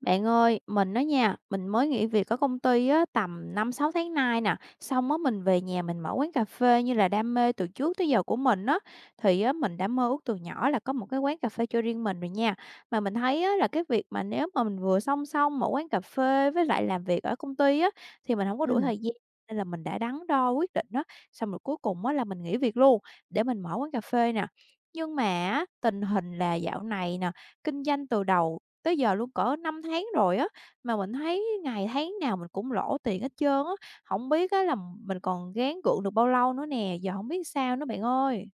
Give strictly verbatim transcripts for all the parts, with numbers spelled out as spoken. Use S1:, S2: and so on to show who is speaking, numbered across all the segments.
S1: Bạn ơi, mình á nha, mình mới nghỉ việc ở công ty á, tầm năm sáu tháng nay nè, xong á mình về nhà mình mở quán cà phê như là đam mê từ trước tới giờ của mình á, thì á, mình đã mơ ước từ nhỏ là có một cái quán cà phê cho riêng mình rồi nha. Mà mình thấy á, là cái việc mà nếu mà mình vừa song song mở quán cà phê với lại làm việc ở công ty á, thì mình không có đủ
S2: Ừm,
S1: thời gian nên là mình đã đắn đo quyết định đó, xong rồi cuối cùng á, là mình nghỉ việc luôn để mình mở quán cà phê nè. Nhưng mà á, tình hình là dạo này nè, kinh doanh từ đầu Tới giờ luôn cỡ năm tháng rồi á, mà mình thấy ngày tháng nào mình cũng lỗ tiền hết trơn á, không biết á là mình còn gắng gượng được bao lâu nữa nè, giờ không biết sao nữa bạn ơi.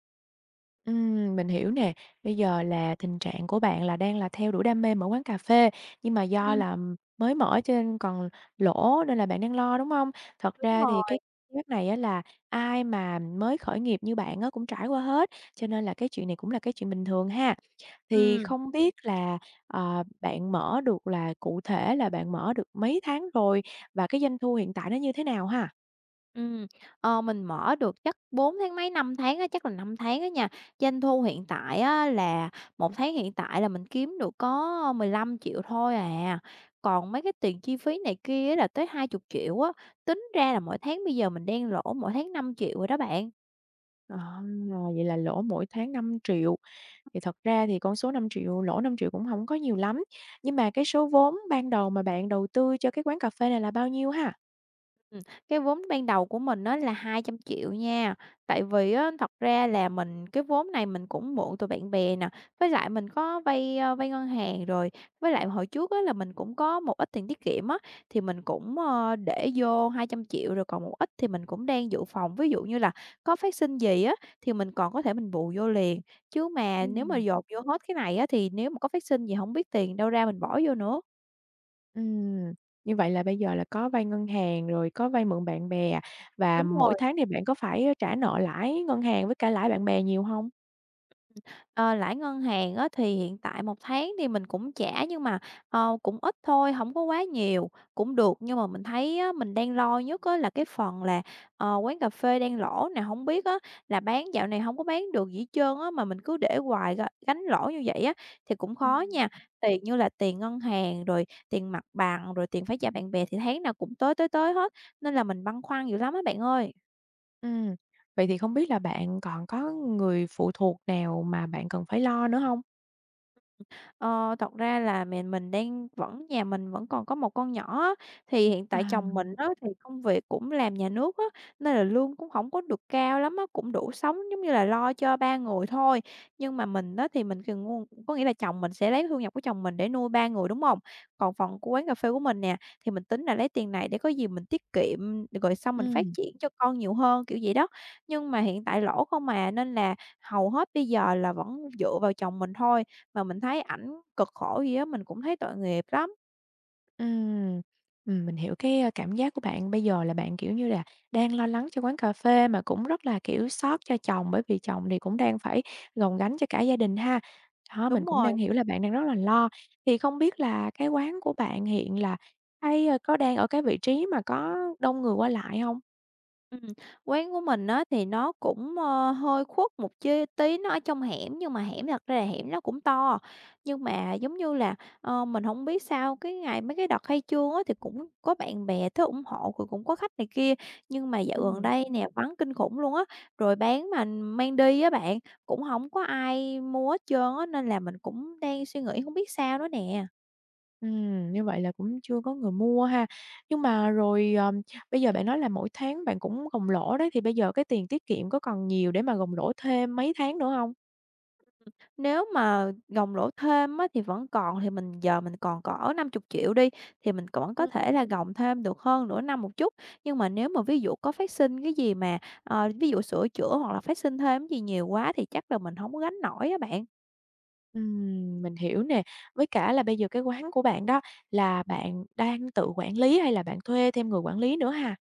S2: ừm, mình hiểu nè. Bây giờ là tình trạng của bạn là đang là theo đuổi đam mê mở quán cà phê, nhưng mà do
S1: Ừm,
S2: là mới mở cho nên còn lỗ nên là bạn đang lo, đúng không? Thật
S1: đúng
S2: ra thì
S1: rồi.
S2: cái việc này á là ai mà mới khởi nghiệp như bạn á cũng trải qua hết, cho nên là cái chuyện này cũng là cái chuyện bình thường ha. Thì
S1: Ừm,
S2: không biết là, ờ, bạn mở được là cụ thể là bạn mở được mấy tháng rồi và cái doanh thu hiện tại nó như thế nào ha?
S1: ừm. Ờ, mình mở được chắc bốn tháng mấy, năm tháng á, chắc là năm tháng á nha. Doanh thu hiện tại á là một tháng hiện tại là mình kiếm được có mười lăm triệu thôi à, còn mấy cái tiền chi phí này kia á là tới hai chục triệu á, tính ra là mỗi tháng bây giờ mình đang lỗ mỗi tháng năm triệu rồi đó bạn.
S2: Ờ, vậy là lỗ mỗi tháng năm triệu. Thì thật ra thì con số năm triệu lỗ năm triệu cũng không có nhiều lắm, nhưng mà cái số vốn ban đầu mà bạn đầu tư cho cái quán cà phê này là bao nhiêu ha?
S1: Ừm, cái vốn ban đầu của mình nó là hai trăm triệu nha, tại vì á thật ra là mình cái vốn này mình cũng mượn từ bạn bè nè, với lại mình có vay, ơ, vay ngân hàng rồi, với lại hồi trước á là mình cũng có một ít tiền tiết kiệm á, thì mình cũng, ơ, để vô hai trăm triệu rồi còn một ít thì mình cũng đang dự phòng. Ví dụ như là có phát sinh gì á thì mình còn có thể mình bù vô liền, chứ mà nếu mà
S2: Ừm.
S1: dồn vô hết cái này á thì nếu mà có phát sinh gì không biết tiền đâu ra mình bỏ vô nữa.
S2: Ừm, như vậy là bây giờ là có vay ngân hàng, rồi có vay mượn bạn bè và
S1: Đúng
S2: mỗi
S1: rồi.
S2: tháng thì bạn có phải, trả nợ lãi ngân hàng với cả lãi bạn bè nhiều không?
S1: Ờ, lãi ngân hàng á thì hiện tại một tháng thì mình cũng trả nhưng mà, ờ, cũng ít thôi, không có quá nhiều, cũng được. Nhưng mà mình thấy á, mình đang lo nhất á là cái phần là, ờ, quán cà phê đang lỗ nè, không biết á là bán dạo này không có bán được gì hết trơn á, mà mình cứ để hoài gánh gánh lỗ như vậy á thì cũng khó
S2: Ừm.
S1: nha. Tiền như là tiền ngân hàng, rồi tiền mặt bằng, rồi tiền phải trả bạn bè thì tháng nào cũng tới, tới, tới hết, nên là mình băn khoăn dữ lắm á bạn ơi.
S2: Ừm, vậy thì không biết là bạn còn có người phụ thuộc nào mà bạn cần phải lo nữa không?
S1: Ờ, thật ra là mẹ mình đang vẫn nhà mình vẫn còn có một con nhỏ á, thì hiện tại
S2: À.
S1: chồng mình á, thì công việc cũng làm nhà nước á, nên là lương cũng không có được cao lắm á, cũng đủ sống, giống như là, lo cho ba người thôi. Nhưng mà mình á, thì mình thì ngu có nghĩa là chồng mình sẽ lấy thu nhập của chồng mình để nuôi ba người, đúng không? Còn phần của quán cà phê của mình nè, thì mình tính là lấy tiền này để có gì mình tiết kiệm, rồi sau mình phát
S2: Ừm.
S1: triển cho con nhiều hơn, kiểu vậy đó. Nhưng mà hiện tại lỗ không mà nên là hầu hết bây giờ là vẫn dựa vào chồng mình thôi. Mà mình thấy ảnh cực khổ gì á, mình cũng thấy tội nghiệp lắm.
S2: Ừm, ừm, mình hiểu cái, a, cảm giác của bạn bây giờ là bạn, kiểu như là, đang lo lắng cho quán cà phê mà cũng rất là, kiểu, xót cho chồng, bởi vì chồng thì cũng đang phải gồng gánh cho cả gia đình ha. Đó, mình
S1: Đúng
S2: cũng đang
S1: rồi,
S2: hiểu là bạn đang rất là lo. Thì không biết là cái quán của bạn hiện là hay, ơ, có đang ở cái vị trí mà có đông người qua lại không?
S1: ừm, quán của mình á thì nó cũng, ơ, hơi khuất một chi tí, nó ở trong hẻm, nhưng mà hẻm thật ra là hẻm nó cũng to, nhưng mà, giống như là, ờ, mình hổng biết sao cái ngày mấy cái đợt khai trương á thì cũng có bạn bè tới ủng hộ, rồi cũng có khách này kia, nhưng mà dạo gần
S2: Ừm.
S1: đây nè, vắng kinh khủng luôn á, rồi bán mà mang đi á bạn, cũng hổng có ai mua hết trơn á, nên là mình cũng đang suy nghĩ hông biết sao nữa nè.
S2: Ừm, như vậy là cũng chưa có người mua ha. Nhưng mà rồi, ờm, bây giờ bạn nói là mỗi tháng bạn cũng gồng lỗ đấy, thì bây giờ cái tiền tiết kiệm có còn nhiều để mà gồng lỗ thêm mấy tháng nữa không?
S1: Nếu mà gồng lỗ thêm á, thì vẫn còn thì mình giờ mình còn cỡ năm chục triệu đi, thì mình vẫn có
S2: Ừm,
S1: thể là gồng thêm được hơn nửa năm một chút. Nhưng mà nếu mà ví dụ có phát sinh cái gì mà, ờ, ví dụ sửa chữa hoặc là phát sinh thêm gì nhiều quá thì chắc là mình không có gánh nổi á bạn.
S2: ừm, mình hiểu nè. Với cả là bây giờ cái quán của bạn đó là bạn đang tự quản lý hay là bạn thuê thêm người quản lý nữa ha?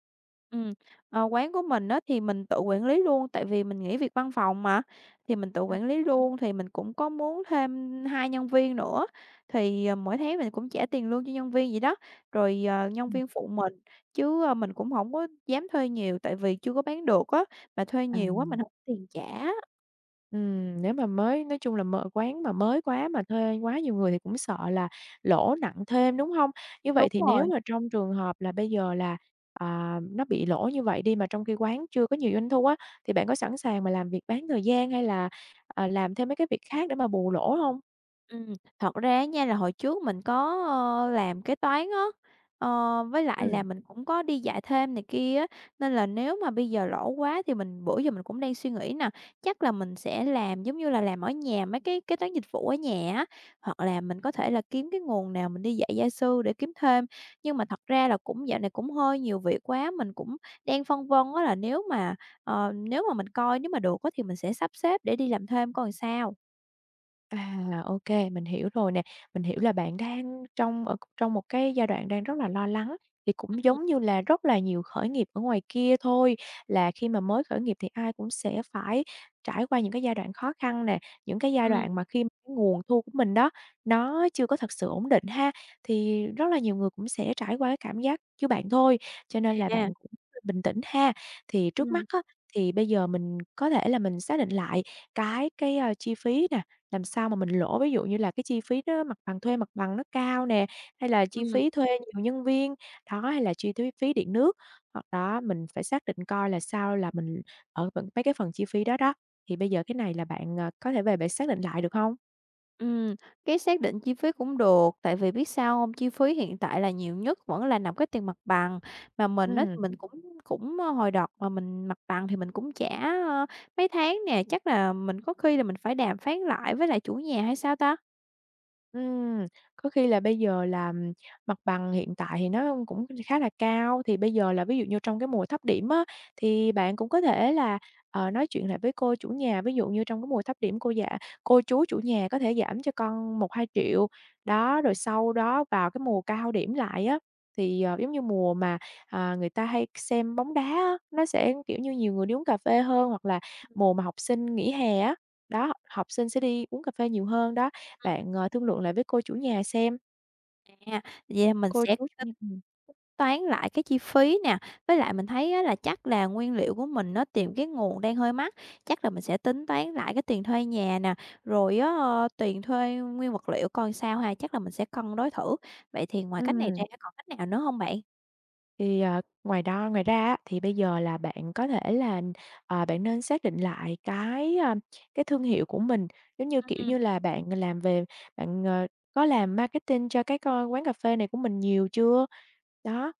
S1: Ừm, ờ, quán của mình á thì mình tự quản lý luôn, tại vì mình nghỉ việc văn phòng mà, thì mình tự
S2: Ừm,
S1: quản lý luôn, thì mình cũng có muốn thêm hai nhân viên nữa, thì, ờ, mỗi tháng mình cũng trả tiền lương cho nhân viên vậy đó, rồi, ờ, nhân
S2: ừm,
S1: viên phụ mình, chứ, ơ, mình cũng không có dám thuê nhiều tại vì chưa có bán được á, mà thuê
S2: à,
S1: nhiều quá mình không có tiền trả.
S2: ừm, nếu mà mới nói chung là mở quán mà mới quá mà thuê quá nhiều người thì cũng sợ là lỗ nặng thêm, đúng hông? Như vậy
S1: Đúng
S2: thì nếu
S1: rồi.
S2: mà trong trường hợp là bây giờ là, à, nó bị lỗ như vậy đi mà trong khi quán chưa có nhiều doanh thu á, thì bạn có sẵn sàng mà làm việc bán thời gian hay là, à, làm thêm mấy cái việc khác để mà bù lỗ hông?
S1: Ừm, thật ra á nha là hồi trước mình có, ơ, làm kế toán á, ờ, với lại là
S2: Ừm.
S1: mình cũng có đi dạy thêm này kia á, nên là nếu mà bây giờ lỗ quá thì mình bữa giờ mình cũng đang suy nghĩ nè, chắc là mình sẽ làm giống như là làm ở nhà mấy cái kế toán dịch vụ ở nhà á, hoặc là mình có thể là kiếm cái nguồn nào mình đi dạy gia sư để kiếm thêm. Nhưng mà thật ra là cũng dạo này cũng hơi nhiều việc quá, mình cũng đang phân vân á là nếu mà, ờ, nếu mà mình coi nếu mà được á thì mình sẽ sắp xếp để đi làm thêm coi làm sao.
S2: À, ok mình hiểu rồi nè. Mình hiểu là bạn đang trong ở trong một cái giai đoạn đang rất là lo lắng, thì cũng
S1: Ừm,
S2: giống như là rất là nhiều khởi nghiệp ở ngoài kia thôi, là khi mà mới khởi nghiệp thì ai cũng sẽ phải trải qua những cái giai đoạn khó khăn nè, những cái giai
S1: ừm,
S2: đoạn mà khi mà cái nguồn thu của mình đó, nó chưa có thật sự ổn định ha, thì rất là nhiều người cũng sẽ trải qua cái cảm giác như bạn thôi, cho nên là bạn
S1: à.
S2: cũng bình tĩnh ha. Thì trước mắt
S1: Ừm,
S2: á, thì bây giờ mình có thể là mình xác định lại cái cái, a, chi phí nè, làm sao mà mình lỗ, ví dụ như là cái chi phí đó mặt bằng thuê mặt bằng nó cao nè, hay là chi
S1: ừm,
S2: phí thuê nhiều nhân viên, đó, hay là chi thuế phí điện nước. Hoặc đó, mình phải xác định coi là sao là mình ở phần mấy cái phần chi phí đó đó, thì bây giờ cái này là bạn, ờ, có thể về bạn xác định lại được không?
S1: ừm, cái xác định chi phí cũng được, tại vì biết sao hông? Chi phí hiện tại là nhiều nhất vẫn là nằm cái tiền mặt bằng, mà mình á
S2: Ừm.
S1: thì mình cũng cũng, ơ, hồi đợt mà mình mặt bằng thì mình cũng trả, ơ, mấy tháng nè, chắc là mình có khi là mình phải đàm phán lại với lại chủ nhà hay sao ta?
S2: Ừm, có khi là bây giờ là, mặt bằng hiện tại thì nó cũng khá là cao, thì bây giờ là ví dụ như trong cái mùa thấp điểm á, thì bạn cũng có thể là, ờ, nói chuyện lại với cô chủ nhà, ví dụ như trong cái mùa thấp điểm cô dạ cô chú chủ nhà có thể giảm cho con một hai triệu. Đó, rồi sau đó vào cái mùa cao điểm lại á, thì, ờ, giống như mùa mà, à, người ta hay xem bóng đá á, nó sẽ, kiểu như, nhiều người đi uống cà phê hơn, hoặc là mùa mà học sinh nghỉ hè á, đó, học sinh sẽ đi uống cà phê nhiều hơn đó, bạn, ờ, thương lượng lại với cô chủ nhà xem,
S1: À, vậy mình
S2: cô
S1: sẽ
S2: chú chủ
S1: tính
S2: nhà ừm,
S1: toán lại cái chi phí nè, với lại mình thấy á là chắc là nguyên liệu của mình nó tìm cái nguồn đang hơi mắc, chắc là mình sẽ tính toán lại cái tiền thuê nhà nè, rồi á, ờ, tiền thuê nguyên vật liệu coi sao ha, chắc là mình sẽ cân đối thử. Vậy thì ngoài cách này
S2: ừm,
S1: ra còn cách nào nữa không bạn?
S2: thì, ờ, ngoài đó ngoài ra á, thì bây giờ là bạn có thể là, ờ, bạn nên xác định lại cái, a, cái thương hiệu của mình, giống như, kiểu như là, bạn làm về bạn, ờ, có làm marketing cho cái co quán cà phê này của mình nhiều chưa? Đó,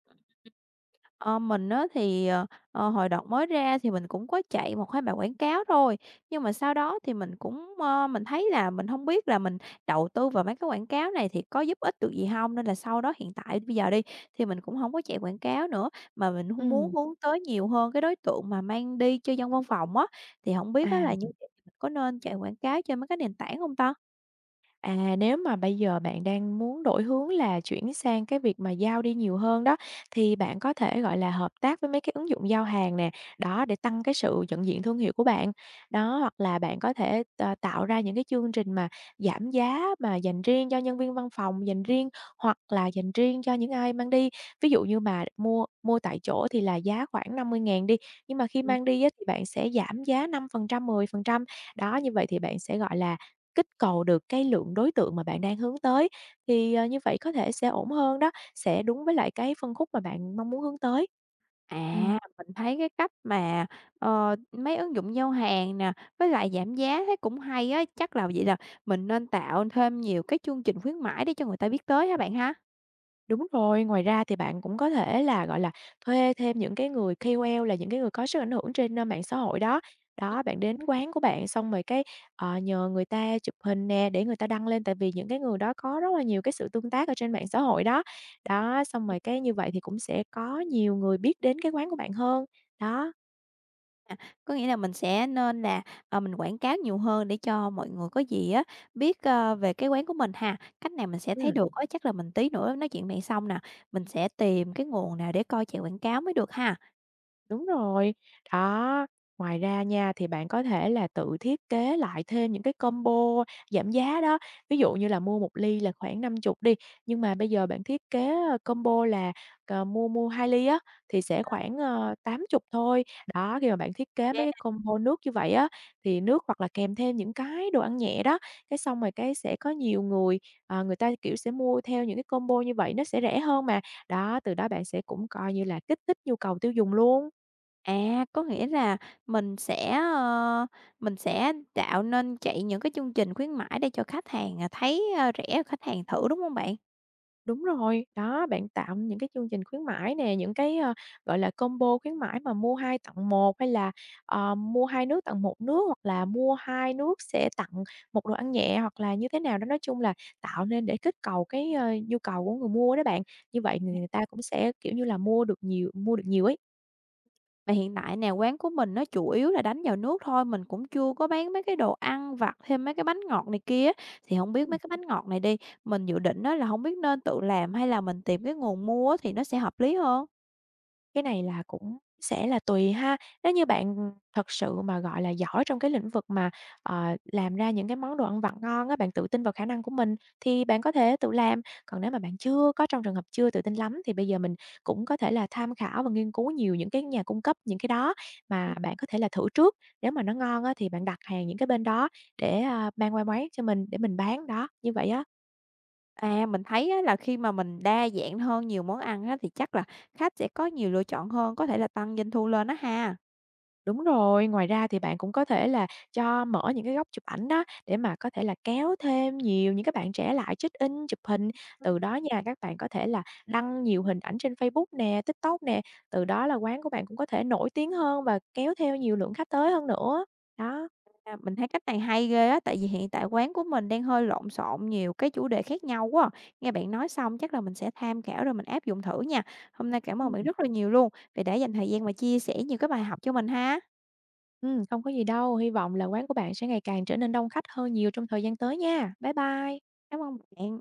S1: Ờ, mình á thì, ờ, ờ, hồi đợt mới ra thì mình cũng có chạy một hai bài quảng cáo thôi, nhưng mà sau đó thì mình cũng, ơ, mình thấy là mình không biết là mình đầu tư vào mấy cái quảng cáo này thì có giúp ích được gì không Nên là sau đó hiện tại bây giờ đi, thì mình cũng không có chạy quảng cáo nữa, mà mình h
S2: ừm,
S1: muốn hướng tới nhiều hơn cái đối tượng mà mang đi cho dân văn phòng á, thì không biết á là như
S2: à.
S1: vậy mình có nên chạy quảng cáo trên mấy cái nền tảng không ta?
S2: À, nếu mà bây giờ bạn đang muốn đổi hướng là chuyển sang cái việc mà giao đi nhiều hơn đó, thì bạn có thể, gọi là, hợp tác với mấy cái ứng dụng giao hàng nè, đó, để tăng cái sự nhận diện thương hiệu của bạn. Đó, hoặc là bạn có thể t tạo ra những cái chương trình mà giảm giá mà dành riêng cho nhân viên văn phòng, dành riêng hoặc là dành riêng cho những ai mang đi. Ví dụ như mà mua mua tại chỗ thì là giá khoảng năm mươi ngàn đi, nhưng mà khi mang đi á, thì bạn sẽ giảm giá năm phần trăm mười phần trăm. Đó, như vậy thì bạn sẽ, gọi là, kích cầu được cái lượng đối tượng mà bạn đang hướng tới, thì, ờ, như vậy có thể sẽ ổn hơn đó, sẽ đúng với lại cái phân khúc mà bạn mong muốn hướng tới. Ừm,
S1: À, mình thấy cái cách mà, ờ, mấy ứng dụng giao hàng nè, với lại giảm giá thấy cũng hay á, chắc là vậy là mình nên tạo thêm nhiều cái chương trình khuyến mãi để cho người ta biết tới hả bạn ha?
S2: đúng rồi, ngoài ra thì bạn cũng có thể là, gọi là, thuê thêm những cái người ca o lờ là những cái người có sức ảnh hưởng trên, ơ, mạng xã hội đó. Đó, bạn đến quán của bạn xong rồi cái, ờ, nhờ người ta chụp hình nè, để người ta đăng lên, tại vì những cái người đó có rất là nhiều cái sự tương tác ở trên mạng xã hội đó. Đó, xong rồi cái như vậy thì cũng sẽ có nhiều người biết đến cái quán của bạn hơn, đó,
S1: À, có nghĩa là mình sẽ nên là, ờ, mình quảng cáo nhiều hơn để cho mọi người có gì á, biết, ơ, về cái quán của mình ha. Cách này mình sẽ thấy
S2: ừm.
S1: được á, chắc là mình tí nữa nói chuyện này xong nè, mình sẽ tìm cái nguồn nào để coi chạy quảng cáo mới được ha.
S2: Đúng rồi, đó. Ngoài ra nha, thì bạn có thể là tự thiết kế lại thêm những cái combo giảm giá đó. Ví dụ như là mua một ly là khoảng năm chục đi, nhưng mà bây giờ bạn thiết kế, ơ, combo là, ờ, mua mua hai ly á, thì sẽ khoảng, ờ, tám chục thôi. Đó, khi mà bạn thiết kế mấy cái combo nước như vậy á, thì nước hoặc là kèm thêm những cái đồ ăn nhẹ đó, cái xong rồi cái sẽ có nhiều người, ờ, người ta, kiểu, sẽ mua theo những cái combo như vậy nó sẽ rẻ hơn mà. Đó, từ đó bạn sẽ cũng coi như là kích thích nhu cầu tiêu dùng luôn.
S1: À, có nghĩa là mình sẽ, ơ, mình sẽ tạo nên chạy những cái chương trình khuyến mãi để cho khách hàng, à, thấy, a, rẻ, khách hàng thử, đúng không bạn?
S2: Đúng rồi, đó, bạn tạo những cái chương trình khuyến mãi nè, những cái, ờ, gọi là, combo khuyến mãi mà mua hai tặng một hay là, ờ, mua hai nước tặng một nước, hoặc là mua hai nước sẽ tặng một đồ ăn nhẹ, hoặc là như thế nào đó. Nói chung là tạo nên để kích cầu cái, ơ, nhu cầu của người mua đó bạn, như vậy người ta cũng sẽ, kiểu như là, mua được nhiều mua được nhiều ấy.
S1: Mà hiện tại nè, quán của mình nó chủ yếu là đánh vào nước thôi, mình cũng chưa có bán mấy cái đồ ăn vặt, thêm mấy cái bánh ngọt này kia á. Thì không biết
S2: Ừm.
S1: mấy cái bánh ngọt này đi, mình dự định á là không biết nên tự làm hay là mình tìm cái nguồn mua á thì nó sẽ hợp lý hơn?
S2: Cái này là cũng sẽ là tùy ha. Nếu như bạn, thật sự mà, gọi là, giỏi trong cái lĩnh vực mà, ờ, làm ra những cái món đồ ăn vặt ngon á, bạn tự tin vào khả năng của mình thì bạn có thể tự làm. Còn nếu mà bạn chưa có trong trường hợp chưa tự tin lắm thì bây giờ mình cũng có thể là tham khảo và nghiên cứu nhiều những cái nhà cung cấp những cái đó mà bạn có thể là thử trước. Nếu mà nó ngon á thì bạn đặt hàng những cái bên đó để, a, mang qua quán cho mình để mình bán, đó, như vậy á.
S1: À, mình thấy á là khi mà mình đa dạng hơn nhiều món ăn á thì chắc là khách sẽ có nhiều lựa chọn hơn, có thể là tăng doanh thu lên đó ha.
S2: Đúng rồi, ngoài ra thì bạn cũng có thể là cho mở những cái góc chụp ảnh đó để mà có thể là kéo thêm nhiều những các bạn trẻ lại check-in, chụp hình. Từ đó nha, các bạn có thể là đăng nhiều hình ảnh trên Facebook nè, TikTok nè, từ đó là quán của bạn cũng có thể nổi tiếng hơn và kéo theo nhiều lượng khách tới hơn nữa. Đó.
S1: À, mình thấy cách này hay ghê á, tại vì hiện tại quán của mình đang hơi lộn xộn nhiều cái chủ đề khác nhau quá à. Nghe bạn nói xong chắc là mình sẽ tham khảo rồi mình áp dụng thử nha. Hôm nay cảm ơn
S2: Ừm,
S1: bạn rất là nhiều luôn vì đã dành thời gian mà chia sẻ nhiều cái bài học cho mình ha.
S2: ừm, không có gì đâu, hy vọng là quán của bạn sẽ ngày càng trở nên đông khách hơn nhiều trong thời gian tới nha. Bye bye.
S1: Cảm ơn bạn.